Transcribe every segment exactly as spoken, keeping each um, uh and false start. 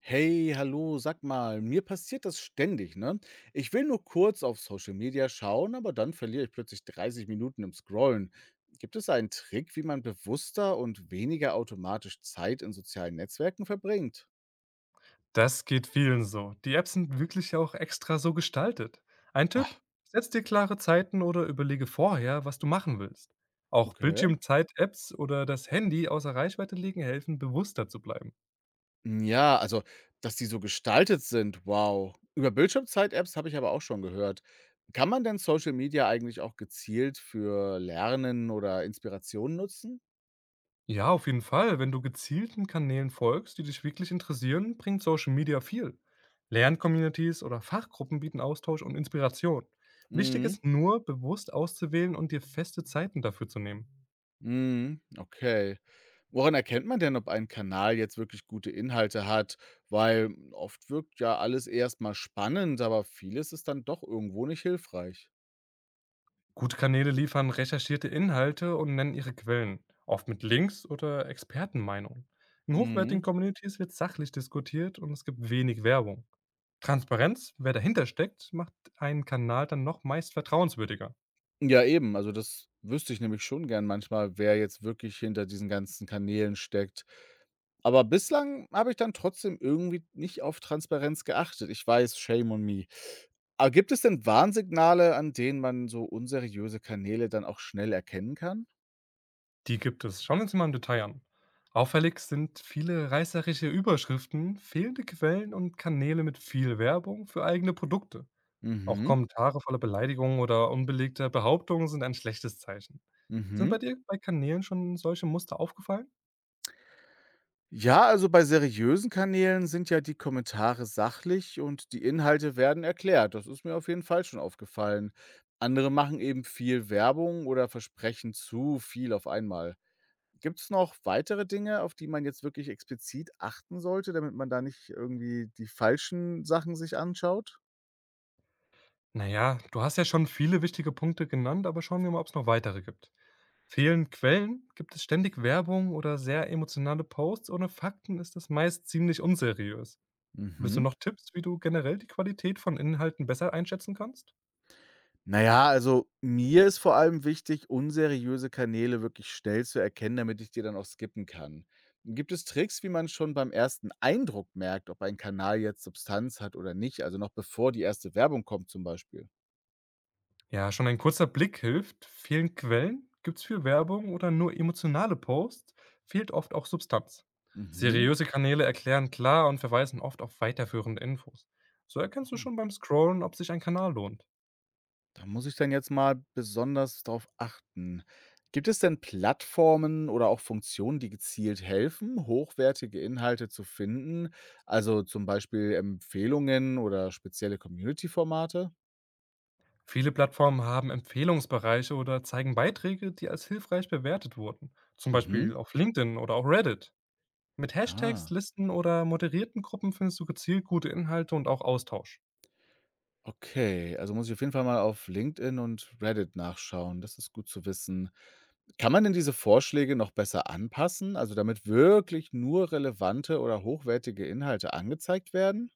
Hey, hallo, sag mal, mir passiert das ständig, ne? Ich will nur kurz auf Social Media schauen, aber dann verliere ich plötzlich dreißig Minuten im Scrollen. Gibt es einen Trick, wie man bewusster und weniger automatisch Zeit in sozialen Netzwerken verbringt? Das geht vielen so. Die Apps sind wirklich ja auch extra so gestaltet. Ein Tipp: Ach, Setz dir klare Zeiten oder überlege vorher, was du machen willst. Auch okay. Bildschirmzeit-Apps oder das Handy außer Reichweite legen helfen, bewusster zu bleiben. Ja, also, dass die so gestaltet sind, wow. Über Bildschirmzeit-Apps habe ich aber auch schon gehört. Kann man denn Social Media eigentlich auch gezielt für Lernen oder Inspiration nutzen? Ja, auf jeden Fall. Wenn du gezielten Kanälen folgst, die dich wirklich interessieren, bringt Social Media viel. Lerncommunities oder Fachgruppen bieten Austausch und Inspiration. Wichtig ist nur, bewusst auszuwählen und dir feste Zeiten dafür zu nehmen. Mhm, okay. Woran erkennt man denn, ob ein Kanal jetzt wirklich gute Inhalte hat? Weil hm, oft wirkt ja alles erst mal spannend, aber vieles ist dann doch irgendwo nicht hilfreich. Gute Kanäle liefern recherchierte Inhalte und nennen ihre Quellen, oft mit Links oder Expertenmeinungen. In hochwertigen Mhm. Communities wird sachlich diskutiert und es gibt wenig Werbung. Transparenz, wer dahinter steckt, macht einen Kanal dann noch meist vertrauenswürdiger. Ja, eben. Also, das wüsste ich nämlich schon gern manchmal, wer jetzt wirklich hinter diesen ganzen Kanälen steckt. Aber bislang habe ich dann trotzdem irgendwie nicht auf Transparenz geachtet. Ich weiß, shame on me. Aber gibt es denn Warnsignale, an denen man so unseriöse Kanäle dann auch schnell erkennen kann? Die gibt es. Schauen wir uns mal im Detail an. Auffällig sind viele reißerische Überschriften, fehlende Quellen und Kanäle mit viel Werbung für eigene Produkte. Auch Mhm. Kommentare voller Beleidigungen oder unbelegter Behauptungen sind ein schlechtes Zeichen. Sind Mhm. bei dir bei Kanälen schon solche Muster aufgefallen? Ja, also bei seriösen Kanälen sind ja die Kommentare sachlich und die Inhalte werden erklärt. Das ist mir auf jeden Fall schon aufgefallen. Andere machen eben viel Werbung oder versprechen zu viel auf einmal. Gibt es noch weitere Dinge, auf die man jetzt wirklich explizit achten sollte, damit man da nicht irgendwie die falschen Sachen sich anschaut? Na ja, du hast ja schon viele wichtige Punkte genannt, aber schauen wir mal, ob es noch weitere gibt. Fehlen Quellen? Gibt es ständig Werbung oder sehr emotionale Posts? Ohne Fakten ist das meist ziemlich unseriös. Willst du Mhm. noch Tipps, wie du generell die Qualität von Inhalten besser einschätzen kannst? Na ja, also, mir ist vor allem wichtig, unseriöse Kanäle wirklich schnell zu erkennen, damit ich die dann auch skippen kann. Gibt es Tricks, wie man schon beim ersten Eindruck merkt, ob ein Kanal jetzt Substanz hat oder nicht? Also, noch bevor die erste Werbung kommt zum Beispiel? Ja, schon ein kurzer Blick hilft. Fehlen Quellen? Gibt's viel Werbung oder nur emotionale Posts? Fehlt oft auch Substanz. Mhm. Seriöse Kanäle erklären klar und verweisen oft auf weiterführende Infos. So erkennst du Ah, schon beim Scrollen, ob sich ein Kanal lohnt. da muss ich dann jetzt mal besonders drauf achten. Gibt es denn Plattformen oder auch Funktionen, die gezielt helfen, hochwertige Inhalte zu finden? Also, zum Beispiel Empfehlungen oder spezielle Community-Formate? Viele Plattformen haben Empfehlungsbereiche oder zeigen Beiträge, die als hilfreich bewertet wurden. Zum Mhm. Beispiel auf LinkedIn oder auch Reddit. Mit Hashtags, Ah, Listen oder moderierten Gruppen findest du gezielt gute Inhalte und auch Austausch. okay. Also muss ich auf jeden Fall mal auf LinkedIn und Reddit nachschauen. Das ist gut zu wissen. Kann man denn diese Vorschläge noch besser anpassen? Also damit wirklich nur relevante oder hochwertige Inhalte angezeigt werden?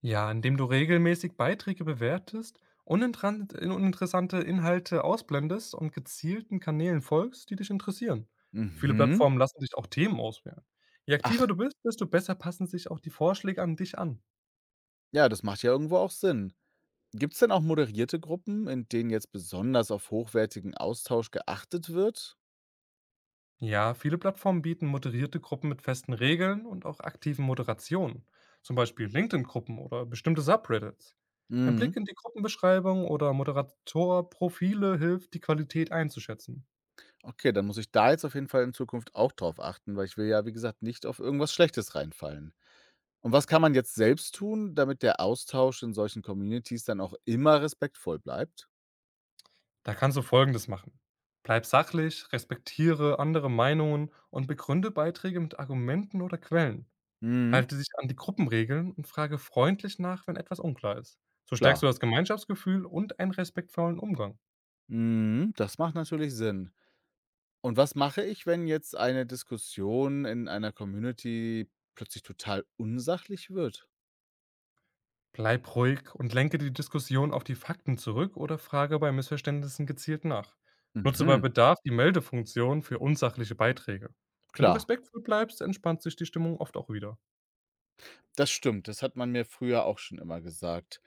Ja, indem du regelmäßig Beiträge bewertest, uninteran- in- uninteressante Inhalte ausblendest und gezielten Kanälen folgst, die dich interessieren. Viele Mhm. Plattformen lassen dich auch Themen auswählen. Je aktiver Ach, du bist, desto besser passen sich auch die Vorschläge an dich an. ja, das macht ja irgendwo auch Sinn. Gibt es denn auch moderierte Gruppen, in denen jetzt besonders auf hochwertigen Austausch geachtet wird? Ja, viele Plattformen bieten moderierte Gruppen mit festen Regeln und auch aktiven Moderationen, zum Beispiel LinkedIn-Gruppen oder bestimmte Subreddits. Ein Blick Mhm. in die Gruppenbeschreibung oder Moderatorprofile hilft, die Qualität einzuschätzen. Okay, dann muss ich da jetzt auf jeden Fall in Zukunft auch drauf achten, weil ich will ja, wie gesagt, nicht auf irgendwas Schlechtes reinfallen. Und was kann man jetzt selbst tun, damit der Austausch in solchen Communities dann auch immer respektvoll bleibt? Da kannst du Folgendes machen. Bleib sachlich, respektiere andere Meinungen und begründe Beiträge mit Argumenten oder Quellen. Mhm, Halte dich an die Gruppenregeln und frage freundlich nach, wenn etwas unklar ist. So stärkst du klar. das Gemeinschaftsgefühl und einen respektvollen Umgang. Mhm, das macht natürlich Sinn. Und was mache ich, wenn jetzt eine Diskussion in einer Community plötzlich total unsachlich wird? Bleib ruhig und lenke die Diskussion auf die Fakten zurück oder frage bei Missverständnissen gezielt nach. Nutze bei Mhm, Bedarf die Meldefunktion für unsachliche Beiträge. Wenn du klar. respektvoll bleibst, entspannt sich die Stimmung oft auch wieder. Das stimmt, das hat man mir früher auch schon immer gesagt.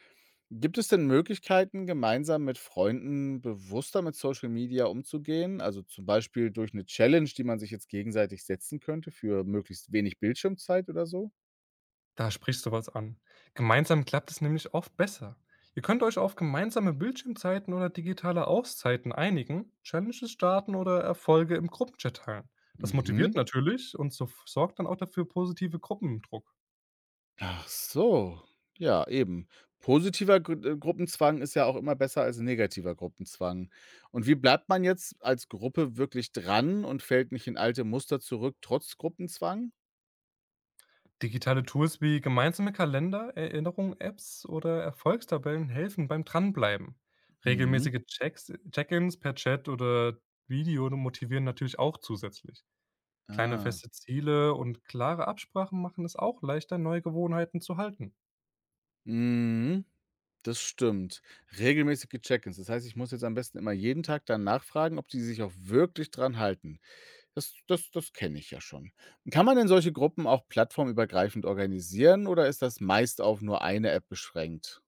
Gibt es denn Möglichkeiten, gemeinsam mit Freunden bewusster mit Social Media umzugehen? Also zum Beispiel durch eine Challenge, die man sich jetzt gegenseitig setzen könnte für möglichst wenig Bildschirmzeit oder so? Da sprichst du was an. Gemeinsam klappt es nämlich oft besser. Ihr könnt euch auf gemeinsame Bildschirmzeiten oder digitale Auszeiten einigen, Challenges starten oder Erfolge im Gruppenchat teilen. Das motiviert Mhm. natürlich und so sorgt dann auch dafür positive Gruppendruck. Ach so. Ja, eben. Positiver Gru äh, Gruppenzwang ist ja auch immer besser als negativer Gruppenzwang. Und wie bleibt man jetzt als Gruppe wirklich dran und fällt nicht in alte Muster zurück trotz Gruppenzwang? Digitale Tools wie gemeinsame Kalender, Erinnerungen, Apps oder Erfolgstabellen helfen beim Dranbleiben. Mhm. Regelmäßige Checks- Check-ins per Chat oder Video motivieren natürlich auch zusätzlich. Kleine Ah. feste Ziele und klare Absprachen machen es auch leichter, neue Gewohnheiten zu halten. Mhm, das stimmt. Regelmäßige Check-ins. Das heißt, ich muss jetzt am besten immer jeden Tag dann nachfragen, ob die sich auch wirklich dran halten. Das das das kenne ich ja schon. Kann man denn solche Gruppen auch plattformübergreifend organisieren oder ist das meist auf nur eine App beschränkt?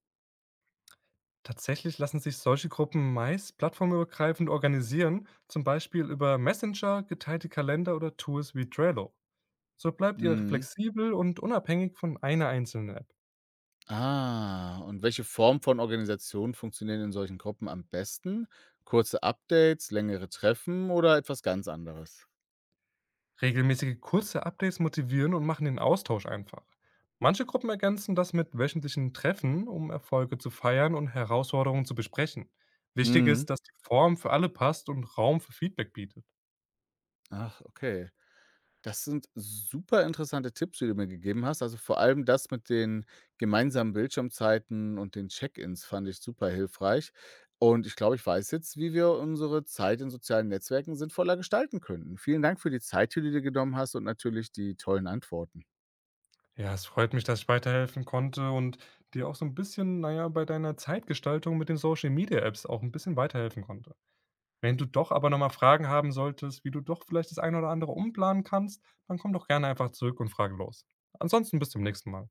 Tatsächlich lassen sich solche Gruppen meist plattformübergreifend organisieren, zum Beispiel über Messenger, geteilte Kalender oder Tools wie Trello. So bleibt ihr Mhm. flexibel und unabhängig von einer einzelnen App. Ah, und welche Form von Organisation funktionieren in solchen Gruppen am besten? Kurze Updates, längere Treffen oder etwas ganz anderes? Regelmäßige kurze Updates motivieren und machen den Austausch einfach. Manche Gruppen ergänzen das mit wöchentlichen Treffen, um Erfolge zu feiern und Herausforderungen zu besprechen. Wichtig Mhm. ist, dass die Form für alle passt und Raum für Feedback bietet. Ach, okay. Das sind super interessante Tipps, die du mir gegeben hast. Also vor allem das mit den gemeinsamen Bildschirmzeiten und den Check-ins fand ich super hilfreich. Und ich glaube, ich weiß jetzt, wie wir unsere Zeit in sozialen Netzwerken sinnvoller gestalten könnten. Vielen Dank für die Zeit, die du dir genommen hast und natürlich die tollen Antworten. Ja, es freut mich, dass ich weiterhelfen konnte und dir auch so ein bisschen, naja, bei deiner Zeitgestaltung mit den Social Media Apps auch ein bisschen weiterhelfen konnte. Wenn du doch aber noch mal Fragen haben solltest, wie du doch vielleicht das eine oder andere umplanen kannst, dann komm doch gerne einfach zurück und frage los. Ansonsten bis zum nächsten Mal.